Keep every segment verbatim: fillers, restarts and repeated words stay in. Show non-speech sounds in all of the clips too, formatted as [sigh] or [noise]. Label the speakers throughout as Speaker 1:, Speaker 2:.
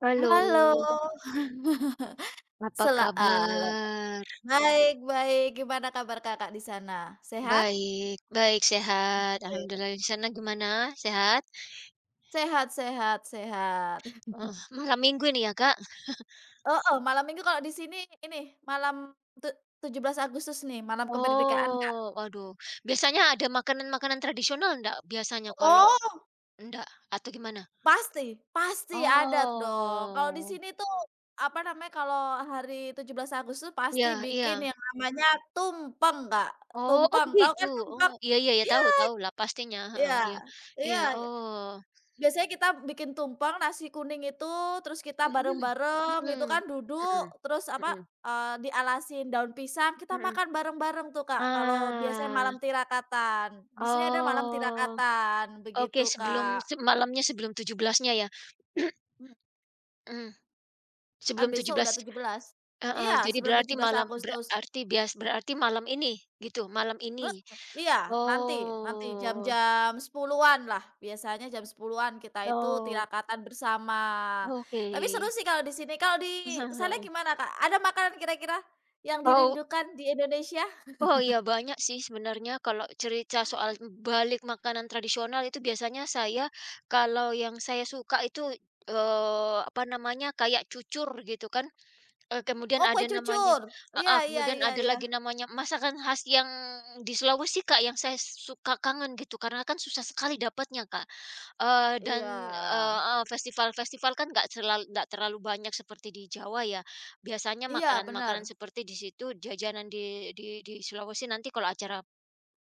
Speaker 1: Halo,
Speaker 2: Halo. [laughs]
Speaker 1: apa
Speaker 2: Sela, eee,
Speaker 1: kabar?
Speaker 2: baik baik, gimana kabar Kakak di sana? Sehat?
Speaker 1: Baik baik, sehat,
Speaker 2: Oke.
Speaker 1: alhamdulillah. Di sana gimana, sehat?
Speaker 2: Sehat sehat sehat.
Speaker 1: Heeh, malam Minggu ini ya, Kak?
Speaker 2: Heeh, malam Minggu kalau di sini ini, malam tu tujuh belas Agustus nih, malam kemerdekaan, Kak.
Speaker 1: Oh, waduh. Biasanya ada makanan-makanan tradisional enggak biasanya kalau
Speaker 2: Oh,
Speaker 1: enggak atau gimana?
Speaker 2: pasti pasti adat dong. Kalau di
Speaker 1: Oh,
Speaker 2: sini tuh, apa namanya, kalau hari tujuh belas Agustus pasti
Speaker 1: iya iya.
Speaker 2: bikin yang namanya tumpeng, Kak.
Speaker 1: Oh oh
Speaker 2: Tumpeng, tahu
Speaker 1: begitu?
Speaker 2: kan
Speaker 1: Oh,
Speaker 2: tumpeng?
Speaker 1: iya iya ya
Speaker 2: Iya
Speaker 1: tahu tahu lah pastinya, heeh,
Speaker 2: iya
Speaker 1: iya. Iya,
Speaker 2: iya.
Speaker 1: oh,
Speaker 2: Biasanya kita bikin tumpeng nasi kuning itu, terus kita
Speaker 1: mhm
Speaker 2: bareng-bareng
Speaker 1: mhm,
Speaker 2: itu
Speaker 1: mhm,
Speaker 2: kan
Speaker 1: mhm,
Speaker 2: duduk, terus apa,
Speaker 1: mhm,
Speaker 2: eee, dialasin daun pisang, kita
Speaker 1: mhm.
Speaker 2: makan bareng-bareng tuh, Kak, kalau biasanya
Speaker 1: Ah,
Speaker 2: malam tirakatan. Di sini ada malam
Speaker 1: oh.
Speaker 2: tirakatan,
Speaker 1: Oke,
Speaker 2: begitu,
Speaker 1: sebelum
Speaker 2: Kak.
Speaker 1: se malamnya sebelum tujuh belasnya ya? [clears throat]
Speaker 2: Mhm,
Speaker 1: Mmm,
Speaker 2: kan
Speaker 1: sebelum
Speaker 2: besok
Speaker 1: tujuh belas
Speaker 2: udah tujuh belas.
Speaker 1: heeh,
Speaker 2: Iya,
Speaker 1: jadi
Speaker 2: sebelum tujuh
Speaker 1: berarti
Speaker 2: belas
Speaker 1: malam
Speaker 2: Agustus.
Speaker 1: berarti bias berarti malam ini gitu, malam
Speaker 2: Heeh,
Speaker 1: ini?
Speaker 2: iya, nanti nanti
Speaker 1: Oh
Speaker 2: jam-jam sepuluhan an lah, biasanya jam sepuluhan an kita itu
Speaker 1: oh,
Speaker 2: tirakatan bersama.
Speaker 1: oke.
Speaker 2: Tapi seru sih kalau di sini, kalau di sana
Speaker 1: [laughs]
Speaker 2: gimana, Kak? Ada makanan kira-kira yang
Speaker 1: Oh
Speaker 2: dirindukan di Indonesia?
Speaker 1: oh iya banyak sih sebenarnya kalau cerita soal balik makanan tradisional itu biasanya saya kalau yang saya suka itu, eee, apa namanya, kayak cucur gitu kan. Eee, kemudian
Speaker 2: Oh, kue
Speaker 1: ada namanya
Speaker 2: cucur. Iya
Speaker 1: heeh,
Speaker 2: iya
Speaker 1: kemudian
Speaker 2: iya
Speaker 1: ada
Speaker 2: iya.
Speaker 1: lagi namanya masakan khas yang di Sulawesi, Kak, yang saya suka kangen gitu, karena kan susah sekali dapatnya, Kak. Eee, dan,
Speaker 2: Iya.
Speaker 1: eee heeh, festival-festival kan nggak selal nggak terlalu banyak seperti di Jawa ya. Biasanya
Speaker 2: Iya
Speaker 1: makanan-makanan
Speaker 2: bener.
Speaker 1: seperti di situ, jajanan di di di Sulawesi nanti kalau acara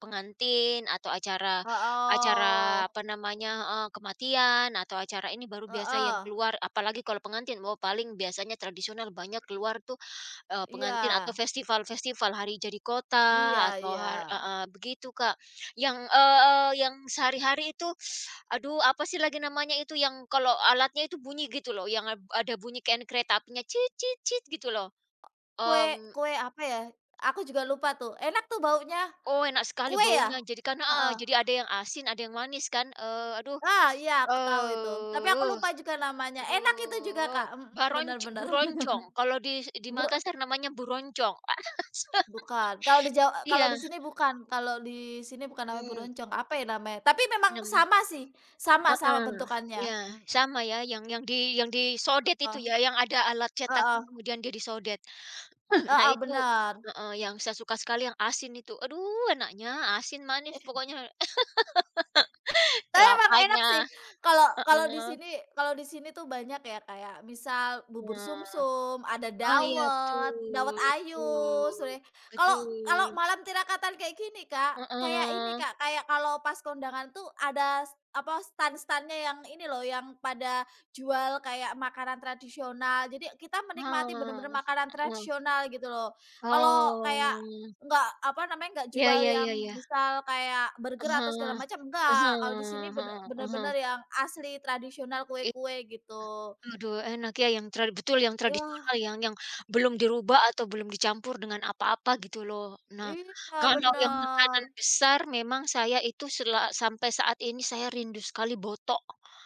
Speaker 1: pengantin atau acara
Speaker 2: Heeh.
Speaker 1: acara apa namanya heeh, kematian atau acara ini baru biasa
Speaker 2: Heeh.
Speaker 1: yang keluar. Apalagi kalau pengantin, mau paling biasanya tradisional banyak keluar tuh. Eee, pengantin
Speaker 2: Iya.
Speaker 1: atau festival-festival hari jadi
Speaker 2: Iya
Speaker 1: kota atau
Speaker 2: iya.
Speaker 1: har heeh, begitu, Kak. Yang, eee, yang sehari-hari itu, [sighs] aduh apa sih lagi namanya itu yang kalau alatnya itu bunyi gitu loh, yang eb ada bunyi kayak kereta apinya cit cit cit gitu loh.
Speaker 2: Kue
Speaker 1: Mmm,
Speaker 2: kue apa ya, aku juga lupa tuh, enak tuh baunya.
Speaker 1: oh, enak sekali
Speaker 2: Kue ya?
Speaker 1: baunya jadi kan heeh,
Speaker 2: Heeh.
Speaker 1: jadi ada yang asin, ada yang manis kan, eee, aduh,
Speaker 2: Ah, iya aku tahu itu. Tapi aku
Speaker 1: eee,
Speaker 2: lupa juga namanya. Enak itu juga,
Speaker 1: aduh,
Speaker 2: Kak, mhm, bener
Speaker 1: baronc
Speaker 2: bener.
Speaker 1: buroncong,
Speaker 2: [laughs]
Speaker 1: kalau di di
Speaker 2: Bur
Speaker 1: Makassar namanya buroncong. [laughs]
Speaker 2: bukan, kalau di Jawa kalau
Speaker 1: Iya,
Speaker 2: di sini bukan, kalau di sini bukan namanya
Speaker 1: mmm,
Speaker 2: buroncong, apa ya namanya? Tapi memang sama sih, sama sama
Speaker 1: heeh,
Speaker 2: bentukannya,
Speaker 1: iya,
Speaker 2: mhm,
Speaker 1: sama ya yang yang di yang disodet itu
Speaker 2: heeh,
Speaker 1: ya, yang ada alat cetaknya
Speaker 2: heeh,
Speaker 1: kemudian dia disodet. [clears throat] Nah
Speaker 2: heeh,
Speaker 1: itu
Speaker 2: bener.
Speaker 1: heeh, yang saya suka sekali yang asin itu. Aduh enaknya, asin manis pokoknya. [laughs]
Speaker 2: Tapi emang enak
Speaker 1: Kelapanya,
Speaker 2: sih, kalau kalau di
Speaker 1: heeh,
Speaker 2: sini kalau di sini tuh banyak ya, kayak misal bubur
Speaker 1: nah.
Speaker 2: sumsum, ada
Speaker 1: Oh iya
Speaker 2: dawet, dawet
Speaker 1: betul
Speaker 2: ayus,
Speaker 1: betul
Speaker 2: re kalau kalau
Speaker 1: betul,
Speaker 2: malam tirakatan kayak gini, Kak, kayak ini,
Speaker 1: heeh,
Speaker 2: Kak, kayak kalau pas kondangan tuh ada s apa, stan-stannya yang ini loh, yang pada jual kayak makanan tradisional, jadi kita menikmati bener-bener
Speaker 1: heeh,
Speaker 2: makanan
Speaker 1: heeh.
Speaker 2: tradisional gitu loh. Kalau kayak
Speaker 1: Oh,
Speaker 2: nggak apa namanya, nggak
Speaker 1: ya
Speaker 2: jual
Speaker 1: ya
Speaker 2: yang
Speaker 1: ya ya.
Speaker 2: misal kayak burger
Speaker 1: Ah
Speaker 2: atau segala
Speaker 1: hah,
Speaker 2: macam, enggak. Kalau di sini bener
Speaker 1: ah hah.
Speaker 2: bener-bener yang asli tradisional kue-kue gitu.
Speaker 1: Aduh enak ya yang trad betul yang tradisional
Speaker 2: Iya
Speaker 1: yang yang belum dirubah atau belum dicampur dengan apa-apa gitu loh. Nah,
Speaker 2: iya,
Speaker 1: kalau yang
Speaker 2: bener.
Speaker 1: makanan besar memang saya itu sela sampai saat ini saya rindu sekali botok.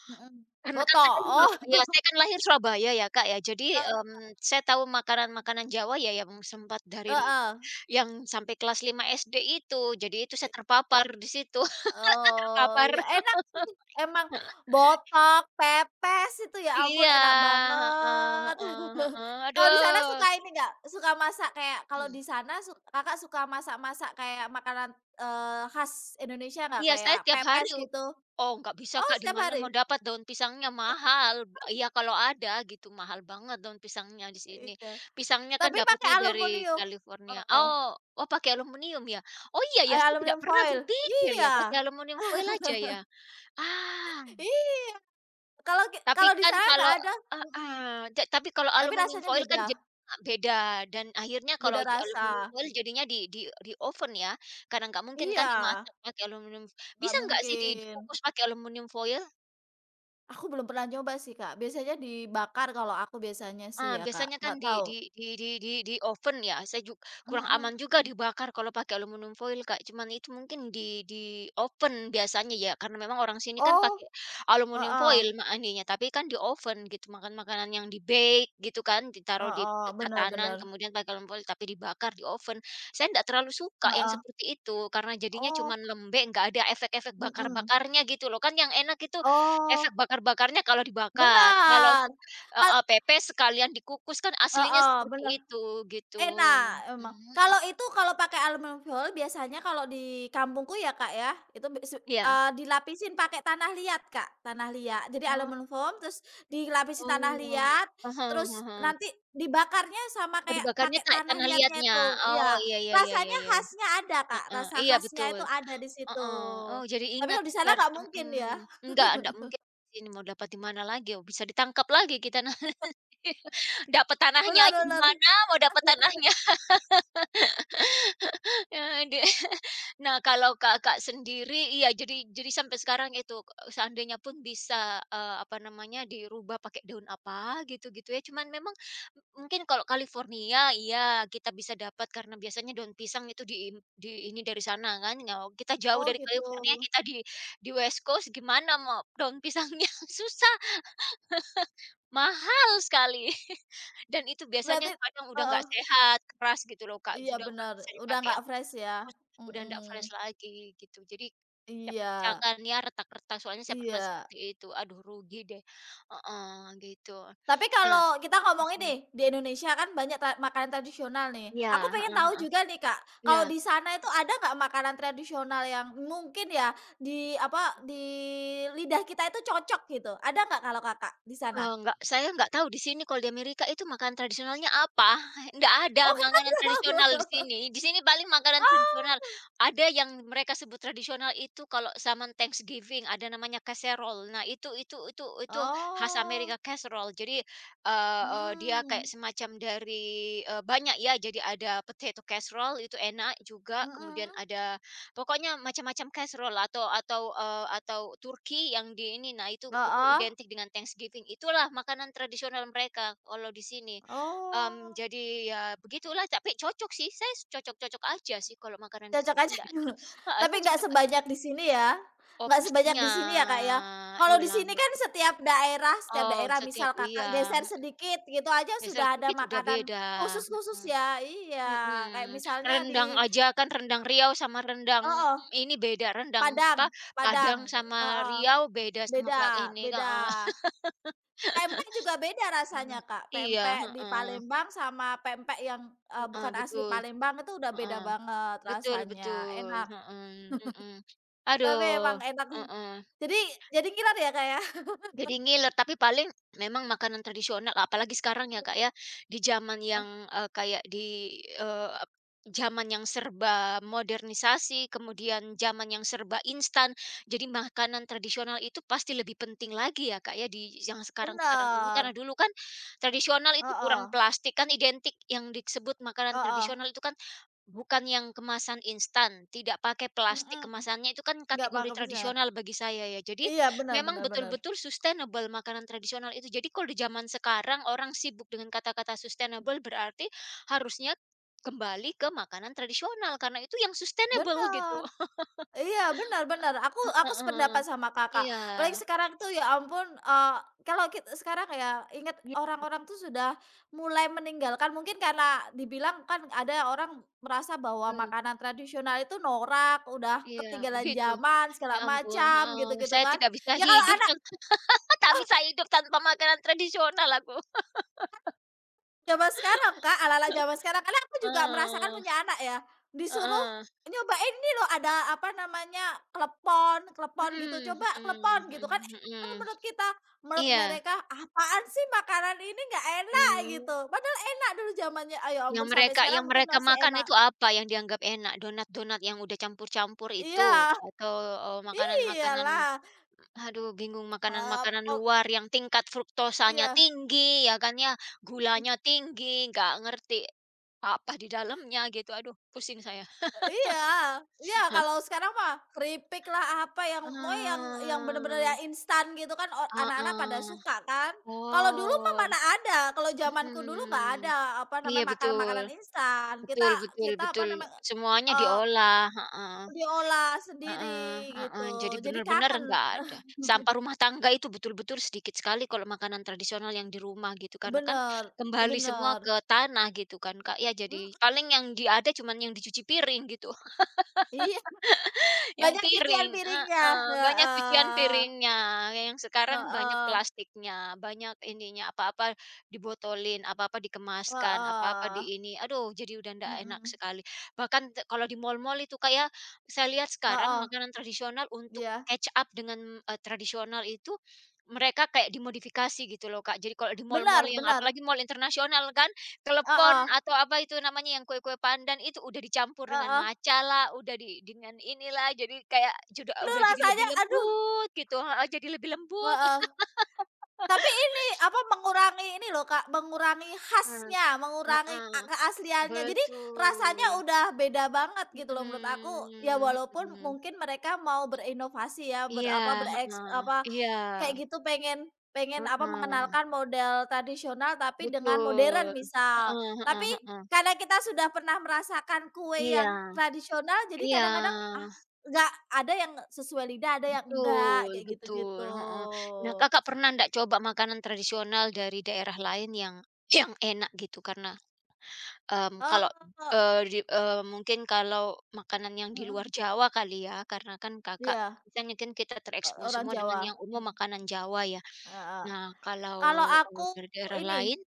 Speaker 2: Mhm.
Speaker 1: Karena kan
Speaker 2: Botok.
Speaker 1: saya di
Speaker 2: Oh,
Speaker 1: Surabaya, saya kan lahir Surabaya ya, Kak, ya. Jadi,
Speaker 2: [laughs]
Speaker 1: mmm, saya tahu makanan-makanan Jawa ya yang sempat dari
Speaker 2: heeh.
Speaker 1: yang sampai kelas lima S D itu. Jadi itu saya terpapar di situ, [laughs]
Speaker 2: Oh,
Speaker 1: terpapar.
Speaker 2: ya enak sih, emang botok, pepes itu ya ampun
Speaker 1: Iya,
Speaker 2: enak
Speaker 1: heeh
Speaker 2: banget.
Speaker 1: heeh
Speaker 2: [laughs]
Speaker 1: heeh.
Speaker 2: Kalau di sana
Speaker 1: Aduh.
Speaker 2: suka ini nggak, suka masak kayak kalau di sana suk Kakak suka masak-masak kayak makanan, eee, khas Indonesia nggak?
Speaker 1: Iya,
Speaker 2: Kayak
Speaker 1: saya tiap hari.
Speaker 2: pepes gitu?
Speaker 1: Oh, nggak bisa,
Speaker 2: Oh,
Speaker 1: Kak, di
Speaker 2: setiap
Speaker 1: mana
Speaker 2: hari?
Speaker 1: mau dapat daun pisangnya, mahal. Iya, kalau ada gitu, mahal banget daun pisangnya di sini.
Speaker 2: Iya,
Speaker 1: Pisangnya kan
Speaker 2: tapi pakai
Speaker 1: dapatnya dari
Speaker 2: aluminium?
Speaker 1: California.
Speaker 2: Oh oh.
Speaker 1: Oh oh, pakai aluminium ya? Oh, iya ya,
Speaker 2: Eh,
Speaker 1: saya tidak
Speaker 2: aluminium
Speaker 1: pernah
Speaker 2: foil?
Speaker 1: berpikir ya, pakai
Speaker 2: Iya
Speaker 1: aluminium foil aja ya? Ah.
Speaker 2: iya, kalau ki
Speaker 1: Tapi
Speaker 2: kalau di
Speaker 1: kan
Speaker 2: sana nggak
Speaker 1: kalau
Speaker 2: ada, mhm,
Speaker 1: heeh, ja tapi kalau
Speaker 2: tapi
Speaker 1: aluminium
Speaker 2: rasanya
Speaker 1: foil kan
Speaker 2: beda,
Speaker 1: jadinya beda, dan akhirnya kalau
Speaker 2: beda
Speaker 1: ja aluminium
Speaker 2: rasa.
Speaker 1: foil jadinya di di di oven ya, karena nggak mungkin kan
Speaker 2: Iya.
Speaker 1: dimasak pakai aluminium.
Speaker 2: Nggak
Speaker 1: Bisa nggak sih di
Speaker 2: mungkin.
Speaker 1: dikukus pakai aluminium foil?
Speaker 2: Aku belum pernah nyoba sih, Kak. Biasanya dibakar kalau aku biasanya sih
Speaker 1: Ah,
Speaker 2: ya, Kak.
Speaker 1: biasanya kan
Speaker 2: Nggak
Speaker 1: di
Speaker 2: tahu.
Speaker 1: di di di di di oven ya, saya jug kurang
Speaker 2: Mhm.
Speaker 1: aman juga dibakar kalau pakai aluminium foil, Kak, cuman itu mungkin di di oven biasanya ya, karena memang orang sini kan
Speaker 2: Oh,
Speaker 1: pakai aluminium
Speaker 2: heeh,
Speaker 1: foil ma tapi kan di oven gitu, makan makanan yang di-bake gitu kan, ditaruh di
Speaker 2: heeh, bener
Speaker 1: tatanan
Speaker 2: bener,
Speaker 1: kemudian pakai aluminium foil tapi dibakar di oven. Saya ndak terlalu suka yang
Speaker 2: heeh.
Speaker 1: seperti itu, karena jadinya
Speaker 2: Oh,
Speaker 1: cuman lembek, nggak ada efek-efek
Speaker 2: mhm.
Speaker 1: bakar-bakarnya gitu loh, kan yang enak itu
Speaker 2: Oh,
Speaker 1: efek bakar-bakarnya kalau dibakar, kalau
Speaker 2: bener. Kal
Speaker 1: heeh, pepes sekalian dikukus kan aslinya
Speaker 2: heeh, bener.
Speaker 1: seperti itu gitu.
Speaker 2: Enak emang.
Speaker 1: Mhm,
Speaker 2: Kalau itu kalau pakai aluminium foil biasanya kalau di kampungku ya, Kak, ya, itu bis
Speaker 1: iya.
Speaker 2: eee, dilapisin pakai tanah liat, Kak, tanah liat. Jadi
Speaker 1: Oh,
Speaker 2: aluminium foam terus dilapisin tanah
Speaker 1: oh.
Speaker 2: liat,
Speaker 1: Heeh
Speaker 2: terus
Speaker 1: heeh.
Speaker 2: nanti dibakarnya sama
Speaker 1: Oh
Speaker 2: kayak
Speaker 1: dibakarnya
Speaker 2: pakai
Speaker 1: ta
Speaker 2: tanah
Speaker 1: tanah
Speaker 2: liatnya
Speaker 1: liatnya.
Speaker 2: itu,
Speaker 1: Oh
Speaker 2: iya.
Speaker 1: iya iya iya iya
Speaker 2: Rasanya
Speaker 1: iya iya.
Speaker 2: khasnya ada, Kak,
Speaker 1: Heeh,
Speaker 2: rasa
Speaker 1: iya
Speaker 2: khasnya
Speaker 1: betul.
Speaker 2: itu ada di situ.
Speaker 1: Heeh. Oh jadi
Speaker 2: Tapi
Speaker 1: ingat
Speaker 2: kalau di sana
Speaker 1: ntar
Speaker 2: nggak mungkin
Speaker 1: mhm.
Speaker 2: ya?
Speaker 1: Enggak enggak mungkin, di sini mau dapat di mana lagi, oh bisa ditangkap lagi kita nanti. [laughs] Dapat tanahnya
Speaker 2: Bener
Speaker 1: aja di
Speaker 2: bener.
Speaker 1: mana, mau dapat tanahnya. [laughs] Eee, di nah, kalau Kakak sendiri iya, jadi jadi sampai sekarang itu, seandainya pun bisa, eee, apa namanya, dirubah pakai daun apa gitu gitu ya, cuman memang mungkin kalau California iya, kita bisa dapat karena biasanya daun pisang itu diim di ini dari sana kan, nah kita jauh
Speaker 2: Oh
Speaker 1: dari
Speaker 2: gitu.
Speaker 1: California, kita di di West Coast gimana mau daun pisangnya, [laughs] susah. Mahal sekali. [laughs] Dan itu biasanya
Speaker 2: Berarti
Speaker 1: kadang udah
Speaker 2: heeh,
Speaker 1: nggak sehat, keras gitu loh, Kak,
Speaker 2: iya
Speaker 1: udah nggak
Speaker 2: bener,
Speaker 1: bisa
Speaker 2: udah
Speaker 1: dipakai yang
Speaker 2: nggak fresh ya?
Speaker 1: bungkus-bungkus, udah nggak fresh
Speaker 2: Mhm.
Speaker 1: lagi gitu. Jadi
Speaker 2: Iya
Speaker 1: pecah-pecahan ya, retak-retak, soalnya saya pernah
Speaker 2: iya.
Speaker 1: seperti itu. Aduh rugi deh, heeh, gitu.
Speaker 2: Tapi
Speaker 1: Nah,
Speaker 2: kalau kita ngomongin
Speaker 1: mhm,
Speaker 2: nih, di Indonesia kan banyak tra makanan tradisional nih.
Speaker 1: iya,
Speaker 2: Aku pengen
Speaker 1: heeh
Speaker 2: tahu
Speaker 1: heeh,
Speaker 2: juga nih, Kak,
Speaker 1: iya.
Speaker 2: kalau di sana itu ada nggak makanan tradisional yang mungkin ya di apa, di lidah kita itu cocok gitu, ada nggak kalau Kakak di sana?
Speaker 1: Eee, nggak saya nggak tahu di sini kalau di Amerika itu makanan tradisionalnya apa, [laughs] nggak ada
Speaker 2: Oh, [laughs]
Speaker 1: makanan
Speaker 2: Kakak tahu.
Speaker 1: tradisional di
Speaker 2: [laughs]
Speaker 1: sini. Di sini paling makanan tradisional, ada yang mereka sebut tradisional itu kalau zaman Thanksgiving ada namanya casserole. Nah itu itu itu itu khas
Speaker 2: Oh.
Speaker 1: Amerika casserole. Jadi, eee eee, dia kayak
Speaker 2: Hmm,
Speaker 1: semacam dari, eee, banyak ya, jadi ada potato casserole itu enak juga, kemudian
Speaker 2: mm-mm.
Speaker 1: ada. Pokoknya macam-macam casserole atau atau, eee, atau turki yang di ini, nah itu
Speaker 2: Oh. Mmm, mhm,
Speaker 1: itu
Speaker 2: heeh,
Speaker 1: identik dengan Thanksgiving, itulah makanan tradisional mereka kalau di sini. Mmm,
Speaker 2: oh.
Speaker 1: jadi ya begitulah, tapi cocok sih, saya cocok-cocok aja sih kalau makanan di
Speaker 2: Cocok
Speaker 1: sini
Speaker 2: aja
Speaker 1: enggak ter
Speaker 2: dulu.
Speaker 1: saya
Speaker 2: Tapi nggak
Speaker 1: cocok aja.
Speaker 2: sebanyak di sini ya,
Speaker 1: Oh
Speaker 2: nggak sebanyak di
Speaker 1: pastinya,
Speaker 2: sini ya, Kak, ya? Kalau di
Speaker 1: hilang
Speaker 2: sini
Speaker 1: enggak,
Speaker 2: kan setiap daerah setiap
Speaker 1: oh
Speaker 2: daerah misal
Speaker 1: setiap
Speaker 2: Kakak
Speaker 1: iya,
Speaker 2: geser
Speaker 1: mhm,
Speaker 2: sedikit gitu aja
Speaker 1: dessert
Speaker 2: sudah ada
Speaker 1: dikit udah
Speaker 2: makanan
Speaker 1: beda,
Speaker 2: khusus-khusus
Speaker 1: mhm.
Speaker 2: ya, iya. Kayak
Speaker 1: Mhm,
Speaker 2: misalnya
Speaker 1: rendang
Speaker 2: di
Speaker 1: aja kan rendang Riau sama rendang
Speaker 2: heeh,
Speaker 1: ini beda, rendang
Speaker 2: Padang
Speaker 1: apa,
Speaker 2: Padang,
Speaker 1: Padang sama
Speaker 2: heeh,
Speaker 1: Riau beda sama
Speaker 2: beda
Speaker 1: pak ini
Speaker 2: beda.
Speaker 1: heeh.
Speaker 2: Pempek juga beda rasanya,
Speaker 1: [laughs] Eee,
Speaker 2: Kak.
Speaker 1: iya,
Speaker 2: Pempek di
Speaker 1: heeh,
Speaker 2: Palembang sama pempek yang, eee,
Speaker 1: heeh,
Speaker 2: bukan asli
Speaker 1: betul,
Speaker 2: Palembang itu udah beda
Speaker 1: heeh,
Speaker 2: banget
Speaker 1: betul
Speaker 2: rasanya,
Speaker 1: betul,
Speaker 2: enak.
Speaker 1: mhm mhm.
Speaker 2: Tapi emang
Speaker 1: Aduh,
Speaker 2: enak.
Speaker 1: heeh.
Speaker 2: Jadi jadi ngiler ya, Kak, ya?
Speaker 1: Jadi ngiler, tapi paling memang makanan tradisional, apalagi sekarang ya Kak ya, di zaman
Speaker 2: Oh.
Speaker 1: yang, eee, kayak di, eee, ep zaman yang serba modernisasi, kemudian zaman yang serba instan. Jadi makanan tradisional itu pasti lebih penting lagi ya Kak ya, di yang sekarang-sekarang ini.
Speaker 2: Bener,
Speaker 1: Karena dulu kan tradisional itu
Speaker 2: heeh
Speaker 1: kurang plastik, kan identik yang disebut makanan
Speaker 2: heeh,
Speaker 1: tradisional itu kan bukan yang kemasan instan, tidak pakai plastik
Speaker 2: mhm,
Speaker 1: kemasannya itu kan
Speaker 2: nggak
Speaker 1: kategori
Speaker 2: paham bisa
Speaker 1: tradisional bagi saya ya. Jadi
Speaker 2: iya, bener
Speaker 1: memang
Speaker 2: bener bener,
Speaker 1: betul-betul sustainable makanan tradisional itu. Jadi kalau di zaman sekarang orang sibuk dengan kata-kata sustainable berarti harusnya kembali ke makanan tradisional karena itu yang sustainable gitu.
Speaker 2: bener,
Speaker 1: [laughs]
Speaker 2: iya, bener bener, aku aku
Speaker 1: Heeh,
Speaker 2: sependapat sama Kakak,
Speaker 1: iya,
Speaker 2: apalagi sekarang tuh ya ampun, eee, kalau kit sekarang ya inget
Speaker 1: gitu,
Speaker 2: orang-orang tuh sudah mulai meninggalkan mungkin karena dibilang kan ada orang merasa bahwa makanan tradisional itu norak, udah
Speaker 1: iya
Speaker 2: ketinggalan
Speaker 1: begitu.
Speaker 2: zaman
Speaker 1: Ya
Speaker 2: segala
Speaker 1: ampun,
Speaker 2: macam
Speaker 1: heeh,
Speaker 2: gitu-gitu
Speaker 1: saya
Speaker 2: kan.
Speaker 1: tidak bisa
Speaker 2: Ya kalau
Speaker 1: hidup
Speaker 2: anak
Speaker 1: tan [laughs] tak bisa hidup tanpa makanan tradisional aku.
Speaker 2: zaman sekarang, Kak, ala-ala zaman sekarang, karena aku
Speaker 1: [laughs]
Speaker 2: juga merasakan
Speaker 1: Heeh,
Speaker 2: punya anak ya, disuruh
Speaker 1: heeh.
Speaker 2: nyobain ini loh ada apa namanya, klepon klepon gitu,
Speaker 1: Mhm
Speaker 2: "Coba
Speaker 1: mhm
Speaker 2: klepon," gitu kan
Speaker 1: mhm
Speaker 2: enak kalau
Speaker 1: mhm.
Speaker 2: menurut kita, menurut
Speaker 1: Iya,
Speaker 2: mereka, "Apaan sih makanan ini nggak enak,"
Speaker 1: mmm,
Speaker 2: gitu, padahal enak dulu zamannya, ayo ya
Speaker 1: yang
Speaker 2: ampun sampai
Speaker 1: mereka
Speaker 2: sekarang
Speaker 1: yang
Speaker 2: mungkin
Speaker 1: mereka
Speaker 2: masih
Speaker 1: makan
Speaker 2: enak.
Speaker 1: itu apa yang dianggap enak? Donat-donat yang udah campur-campur itu?
Speaker 2: Iya, [laughs]
Speaker 1: Atau, eee, makanan-makanan
Speaker 2: iyalah,
Speaker 1: aduh bingung,
Speaker 2: eee,
Speaker 1: makanan-makanan
Speaker 2: op
Speaker 1: luar yang tingkat fruktosanya
Speaker 2: iya.
Speaker 1: tinggi ya kan ya, gulanya tinggi, nggak ngerti apa di dalamnya gitu, aduh pusing saya.
Speaker 2: Eee, iya iya, kalau sekarang mah keripik lah, apa yang pokoknya yang yang bener-bener
Speaker 1: Eee,
Speaker 2: yang instan gitu kan, o anak-anak pada
Speaker 1: heeh.
Speaker 2: suka kan. Kalau dulu mah
Speaker 1: Oh,
Speaker 2: mana ada, kalau zamanku dulu nggak
Speaker 1: mhm.
Speaker 2: ada, apa
Speaker 1: Iya
Speaker 2: namanya,
Speaker 1: betul.
Speaker 2: makanan-makanan instan. Kita
Speaker 1: Betul betul
Speaker 2: kita apa
Speaker 1: betul,
Speaker 2: namanya,
Speaker 1: semuanya
Speaker 2: eee,
Speaker 1: diolah, heeh
Speaker 2: diolah sendiri
Speaker 1: heeh heeh, jadi
Speaker 2: gitu, jadi
Speaker 1: benar-benar
Speaker 2: kangen.
Speaker 1: nggak ada.
Speaker 2: [laughs]
Speaker 1: Sampah rumah tangga itu betul-betul sedikit sekali kalau makanan tradisional yang di rumah gitu, karena kan
Speaker 2: Bener i
Speaker 1: kembali semua
Speaker 2: bener,
Speaker 1: ke tanah gitu kan, Kak, ya jadi
Speaker 2: mhm,
Speaker 1: paling yang di ada cuman yang dicuci piring gitu.
Speaker 2: iya,
Speaker 1: Yang
Speaker 2: banyak cucian
Speaker 1: piring
Speaker 2: piringnya,
Speaker 1: heeh, banyak cucian
Speaker 2: heeh,
Speaker 1: piringnya, yang sekarang banyak
Speaker 2: heeh,
Speaker 1: plastiknya, banyak ininya, apa-apa dibotolin, apa-apa dikemaskan, apa-apa
Speaker 2: heeh,
Speaker 1: di ini, aduh jadi udah ndak enak
Speaker 2: mhm,
Speaker 1: sekali. Bahkan te kalau di mall-mall itu kayak saya lihat sekarang
Speaker 2: heeh,
Speaker 1: makanan tradisional untuk
Speaker 2: iya.
Speaker 1: catch up dengan, eee, tradisional itu mereka kayak dimodifikasi gitu loh Kak. Jadi kalau di mall-mall
Speaker 2: Benar
Speaker 1: yang
Speaker 2: benar,
Speaker 1: apalagi mall internasional kan klepon
Speaker 2: heeh,
Speaker 1: atau apa itu namanya yang kue-kue pandan itu udah dicampur dengan
Speaker 2: heeh.
Speaker 1: matcha lah, udah di dengan inilah, jadi kayak juda
Speaker 2: Aduh
Speaker 1: udah jadi lebih
Speaker 2: rasanya aduh,
Speaker 1: lembut gitu heeh, jadi lebih lembut.
Speaker 2: heeh. Tapi ini, apa, mengurangi ini loh, Kak, mengurangi
Speaker 1: Nah,
Speaker 2: khasnya, mengurangi a
Speaker 1: heeh,
Speaker 2: keasliannya. Jadi rasanya
Speaker 1: betul,
Speaker 2: udah beda banget gitu loh menurut aku. Ya
Speaker 1: mhm
Speaker 2: walaupun
Speaker 1: mhm.
Speaker 2: mungkin mereka mau berinovasi ya,
Speaker 1: Iya,
Speaker 2: berapa bereks
Speaker 1: heeh,
Speaker 2: apa,
Speaker 1: iya,
Speaker 2: kayak gitu pengen pengen, apa,
Speaker 1: heeh,
Speaker 2: mengenalkan model tradisional tapi dengan modern
Speaker 1: betul,
Speaker 2: misal.
Speaker 1: heeh
Speaker 2: Tapi
Speaker 1: heeh heeh.
Speaker 2: karena kita sudah pernah merasakan kue yang
Speaker 1: Iya
Speaker 2: tradisional jadi
Speaker 1: iya.
Speaker 2: kadang-kadang, ah, nggak ada yang sesuai lidah, ada yang enggak,
Speaker 1: Betul
Speaker 2: kayak
Speaker 1: betul,
Speaker 2: gitu-gitu.
Speaker 1: heeh. Nah, Kakak pernah ndak coba makanan tradisional dari daerah lain yang yang enak gitu? Karena, mmm, kalau,
Speaker 2: Oh,
Speaker 1: eee, di eee, mungkin kalau makanan yang di luar
Speaker 2: mhm,
Speaker 1: Jawa kali ya, karena kan Kakak
Speaker 2: iya,
Speaker 1: misalnya kan kita
Speaker 2: o
Speaker 1: terekspos
Speaker 2: orang
Speaker 1: semua dengan
Speaker 2: Jawa,
Speaker 1: yang umum
Speaker 2: mhm,
Speaker 1: makanan Jawa ya.
Speaker 2: heeh.
Speaker 1: Nah, kalau,
Speaker 2: Kalau
Speaker 1: eee,
Speaker 2: aku
Speaker 1: dari daerah
Speaker 2: ini,
Speaker 1: lain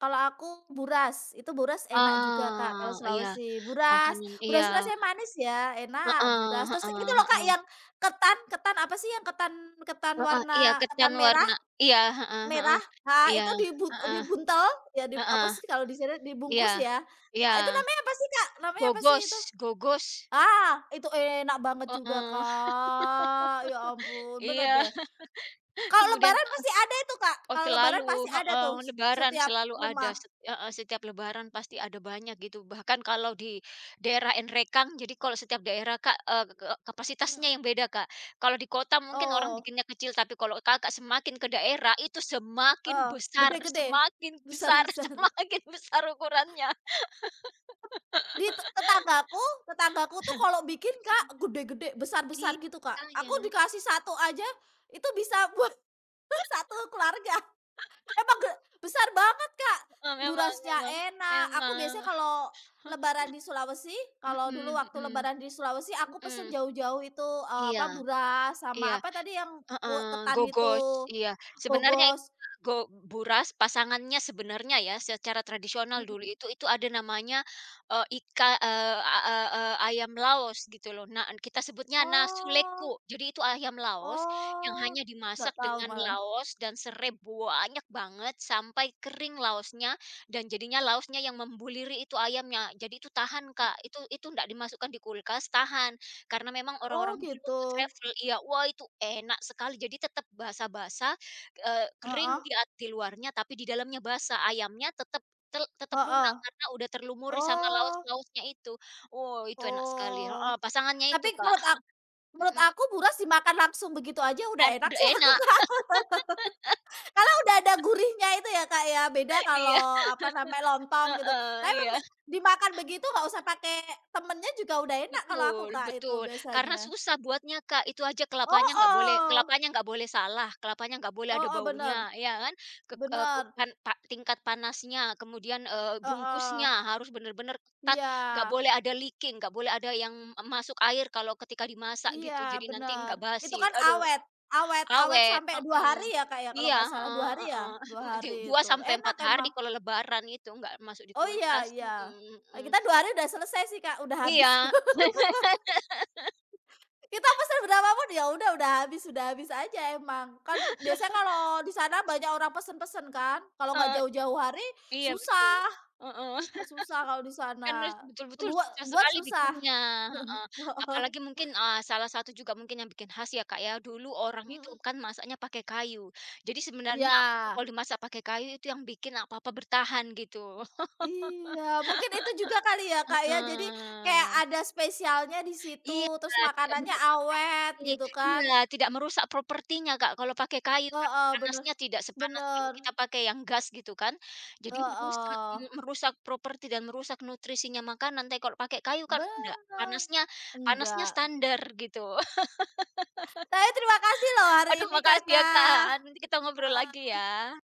Speaker 2: kalau aku buras, itu buras enak juga, Kak,
Speaker 1: ah,
Speaker 2: kalau
Speaker 1: iya,
Speaker 2: Sulawesi. Buras,
Speaker 1: makanan iya,
Speaker 2: buras rasanya manis ya, enak buras.
Speaker 1: heeh
Speaker 2: Terus itu
Speaker 1: heeh
Speaker 2: loh, Kak,
Speaker 1: heeh.
Speaker 2: yang ketan ketan apa sih yang ketan ketan
Speaker 1: Heeh, iya,
Speaker 2: warna ketan
Speaker 1: ketan
Speaker 2: merah
Speaker 1: warna iya, heeh heeh.
Speaker 2: merah, ah,
Speaker 1: Iya,
Speaker 2: itu dibu
Speaker 1: heeh
Speaker 2: dibuntel, ya di apa
Speaker 1: heeh,
Speaker 2: sih kalau di sini dibungkus
Speaker 1: iya.
Speaker 2: ya. Ah, itu
Speaker 1: Iya,
Speaker 2: namanya apa sih, Kak? Namanya apa sih
Speaker 1: gogos
Speaker 2: itu?
Speaker 1: gogos,
Speaker 2: Ah, itu enak banget juga,
Speaker 1: heeh,
Speaker 2: Kak, ya ampun, bener
Speaker 1: iya,
Speaker 2: deh.
Speaker 1: [laughs]
Speaker 2: Kalau
Speaker 1: kemudian,
Speaker 2: lebaran pasti ada itu, Kak,
Speaker 1: oh
Speaker 2: kalau lebaran
Speaker 1: selalu
Speaker 2: pasti ada
Speaker 1: heeh,
Speaker 2: tuh s
Speaker 1: lebaran
Speaker 2: setiap
Speaker 1: selalu
Speaker 2: rumah,
Speaker 1: ada, set heeh, setiap lebaran pasti ada banyak gitu, bahkan kalau di daerah Enrekang, jadi kalau setiap daerah, Kak, eee, ke
Speaker 2: mhm,
Speaker 1: kapasitasnya yang beda, Kak. Kalau di kota mungkin orang
Speaker 2: oh,
Speaker 1: bikinnya kecil, tapi kalau Kakak semakin ke daerah, itu semakin
Speaker 2: heeh,
Speaker 1: besar
Speaker 2: gede-gede,
Speaker 1: semakin
Speaker 2: [laughs]
Speaker 1: besar [laughs]
Speaker 2: besar-besar.
Speaker 1: semakin besar ukurannya.
Speaker 2: Di te tetanggaku tetanggaku tuh kalau bikin, Kak, gede-gede, besar-besar
Speaker 1: Iya,
Speaker 2: gitu, Kak.
Speaker 1: makanya,
Speaker 2: Aku dikasih satu aja itu bisa [laughs] buat satu keluarga. Emang ge besar banget, Kak,
Speaker 1: heeh, memang
Speaker 2: burasnya
Speaker 1: memang
Speaker 2: enak. Aku
Speaker 1: memang,
Speaker 2: biasanya kalau
Speaker 1: [laughs]
Speaker 2: lebaran di Sulawesi,
Speaker 1: mhm
Speaker 2: kalau dulu waktu
Speaker 1: mhm
Speaker 2: lebaran di
Speaker 1: mhm
Speaker 2: Sulawesi aku pesen
Speaker 1: mhm.
Speaker 2: jauh-jauh itu, eee,
Speaker 1: Iya
Speaker 2: apa, buras
Speaker 1: iya,
Speaker 2: sama apa tadi yang ku
Speaker 1: heeh,
Speaker 2: ketan itu,
Speaker 1: gogos, iya. Sebenarnya itu
Speaker 2: kogos.
Speaker 1: go buras pasangannya sebenarnya ya secara tradisional
Speaker 2: Mhm.
Speaker 1: dulu itu itu ada namanya, eee, ika eee, a a eee, ayam laos gitu loh. Nah, kita sebutnya nasuleku.
Speaker 2: Oh
Speaker 1: Jadi itu ayam laos yang
Speaker 2: oh,
Speaker 1: hanya
Speaker 2: nggak
Speaker 1: dimasak
Speaker 2: tahu
Speaker 1: dengan
Speaker 2: malah.
Speaker 1: laos dan serai banyak banget sampai kering laosnya dan jadinya laosnya yang membuliri itu ayamnya. Jadi itu tahan Kak, itu itu ndak dimasukkan di kulkas, tahan. Karena memang
Speaker 2: Oh,
Speaker 1: orang-orang dulu waktu
Speaker 2: gitu.
Speaker 1: travel iya, wah itu enak sekali. Jadi tetap basah-basah, eee, kering
Speaker 2: Heeh
Speaker 1: di at di luarnya, tapi di dalamnya basah. Ayamnya tetap tel tetap
Speaker 2: heeh.
Speaker 1: lunak karena udah terlumuri sama
Speaker 2: Oh
Speaker 1: laos-laosnya itu. Oh, itu enak sekali,
Speaker 2: oh.
Speaker 1: heeh, pasangannya
Speaker 2: Tapi
Speaker 1: itu, Kak.
Speaker 2: menurut aku, menurut aku
Speaker 1: Mhm,
Speaker 2: buras dimakan langsung begitu aja udah
Speaker 1: dan
Speaker 2: enak
Speaker 1: udah
Speaker 2: sih aku.
Speaker 1: enak.
Speaker 2: Kalau udah ada gurihnya itu ya, Kak, ya, beda
Speaker 1: [laughs] Iya,
Speaker 2: kalau apa namanya, lontong gitu.
Speaker 1: heeh,
Speaker 2: Tapi memang
Speaker 1: iya.
Speaker 2: be dimakan begitu nggak usah pakai temennya juga udah enak kalau aku,
Speaker 1: Betul
Speaker 2: Kak, itu
Speaker 1: betul, karena
Speaker 2: biasanya.
Speaker 1: susah buatnya, Kak, itu aja kelapanya nggak boleh,
Speaker 2: Heeh,
Speaker 1: kelapanya nggak boleh salah, kelapanya nggak boleh ada
Speaker 2: heeh, bener
Speaker 1: baunya, ya kan? Ke eee, ke
Speaker 2: bener,
Speaker 1: pan pa tingkat panasnya, kemudian, eee,
Speaker 2: heeh,
Speaker 1: bungkusnya harus bener-bener ketat, nggak
Speaker 2: iya
Speaker 1: boleh ada leaking, nggak boleh ada yang masuk air kalau ketika dimasak
Speaker 2: iya,
Speaker 1: gitu, jadi nanti
Speaker 2: bener.
Speaker 1: nggak
Speaker 2: Itu
Speaker 1: basi,
Speaker 2: kan
Speaker 1: aduh,
Speaker 2: awet awet awet
Speaker 1: awet,
Speaker 2: sampai dua hari
Speaker 1: mhm.
Speaker 2: ya, Kak, ya, kalau
Speaker 1: Iya,
Speaker 2: nggak salah dua
Speaker 1: heeh
Speaker 2: hari ya?
Speaker 1: heeh,
Speaker 2: dua
Speaker 1: [laughs] di
Speaker 2: hari
Speaker 1: dua
Speaker 2: itu,
Speaker 1: sampai
Speaker 2: enak
Speaker 1: empat hari
Speaker 2: emang.
Speaker 1: kalau lebaran itu nggak masuk di
Speaker 2: Oh, iya
Speaker 1: kulkas,
Speaker 2: iya.
Speaker 1: mhm
Speaker 2: Eee,
Speaker 1: mhm.
Speaker 2: kita dua hari udah selesai sih, Kak, udah habis. [laughs]
Speaker 1: Iya,
Speaker 2: Kita pesen berapa pun ya udah udah habis udah habis aja emang. Kan biasanya kalau di sana banyak orang pesen-pesen kan, kalau nggak
Speaker 1: heeh.
Speaker 2: jauh-jauh hari
Speaker 1: Iya betul,
Speaker 2: susah,
Speaker 1: heeh, [laughs]
Speaker 2: susah kalau di
Speaker 1: kan harus
Speaker 2: sana.
Speaker 1: betul-betul
Speaker 2: Buat
Speaker 1: susah
Speaker 2: buat
Speaker 1: sekali
Speaker 2: susah.
Speaker 1: bikinnya,
Speaker 2: [laughs]
Speaker 1: heeh,
Speaker 2: Heeh,
Speaker 1: apalagi mungkin, eee, salah satu juga mungkin yang bikin khas ya Kak ya, dulu orang itu
Speaker 2: mhm,
Speaker 1: kan masaknya pakai kayu, jadi sebenarnya
Speaker 2: iya.
Speaker 1: apa-apa kalau dimasak pakai kayu itu yang bikin apa-apa bertahan gitu,
Speaker 2: Iya, mungkin itu juga kali ya, Kak, ya. Jadi kayak
Speaker 1: heeh.
Speaker 2: ada spesialnya di situ,
Speaker 1: Iya,
Speaker 2: terus
Speaker 1: tidak
Speaker 2: makanannya
Speaker 1: merusak
Speaker 2: awet
Speaker 1: properti,
Speaker 2: gitu kan.
Speaker 1: iya, tidak merusak propertinya, Kak, kalau pakai kayu karena
Speaker 2: Heeh, bener
Speaker 1: panasnya tidak sepanas kalau
Speaker 2: bener.
Speaker 1: kita pakai yang gas gitu kan. Jadi merusak
Speaker 2: Heeh,
Speaker 1: me merusak properti dan merusak nutrisinya makanan, tapi kalau pakai kayu kan enggak,
Speaker 2: bener.
Speaker 1: panasnya panasnya
Speaker 2: Enggak.
Speaker 1: standar gitu. [laughs]
Speaker 2: Tapi terima kasih loh hari
Speaker 1: Aduh
Speaker 2: ini
Speaker 1: makasih ya,
Speaker 2: Kakak,
Speaker 1: Kak, nanti kita ngobrol
Speaker 2: heeh,
Speaker 1: lagi ya.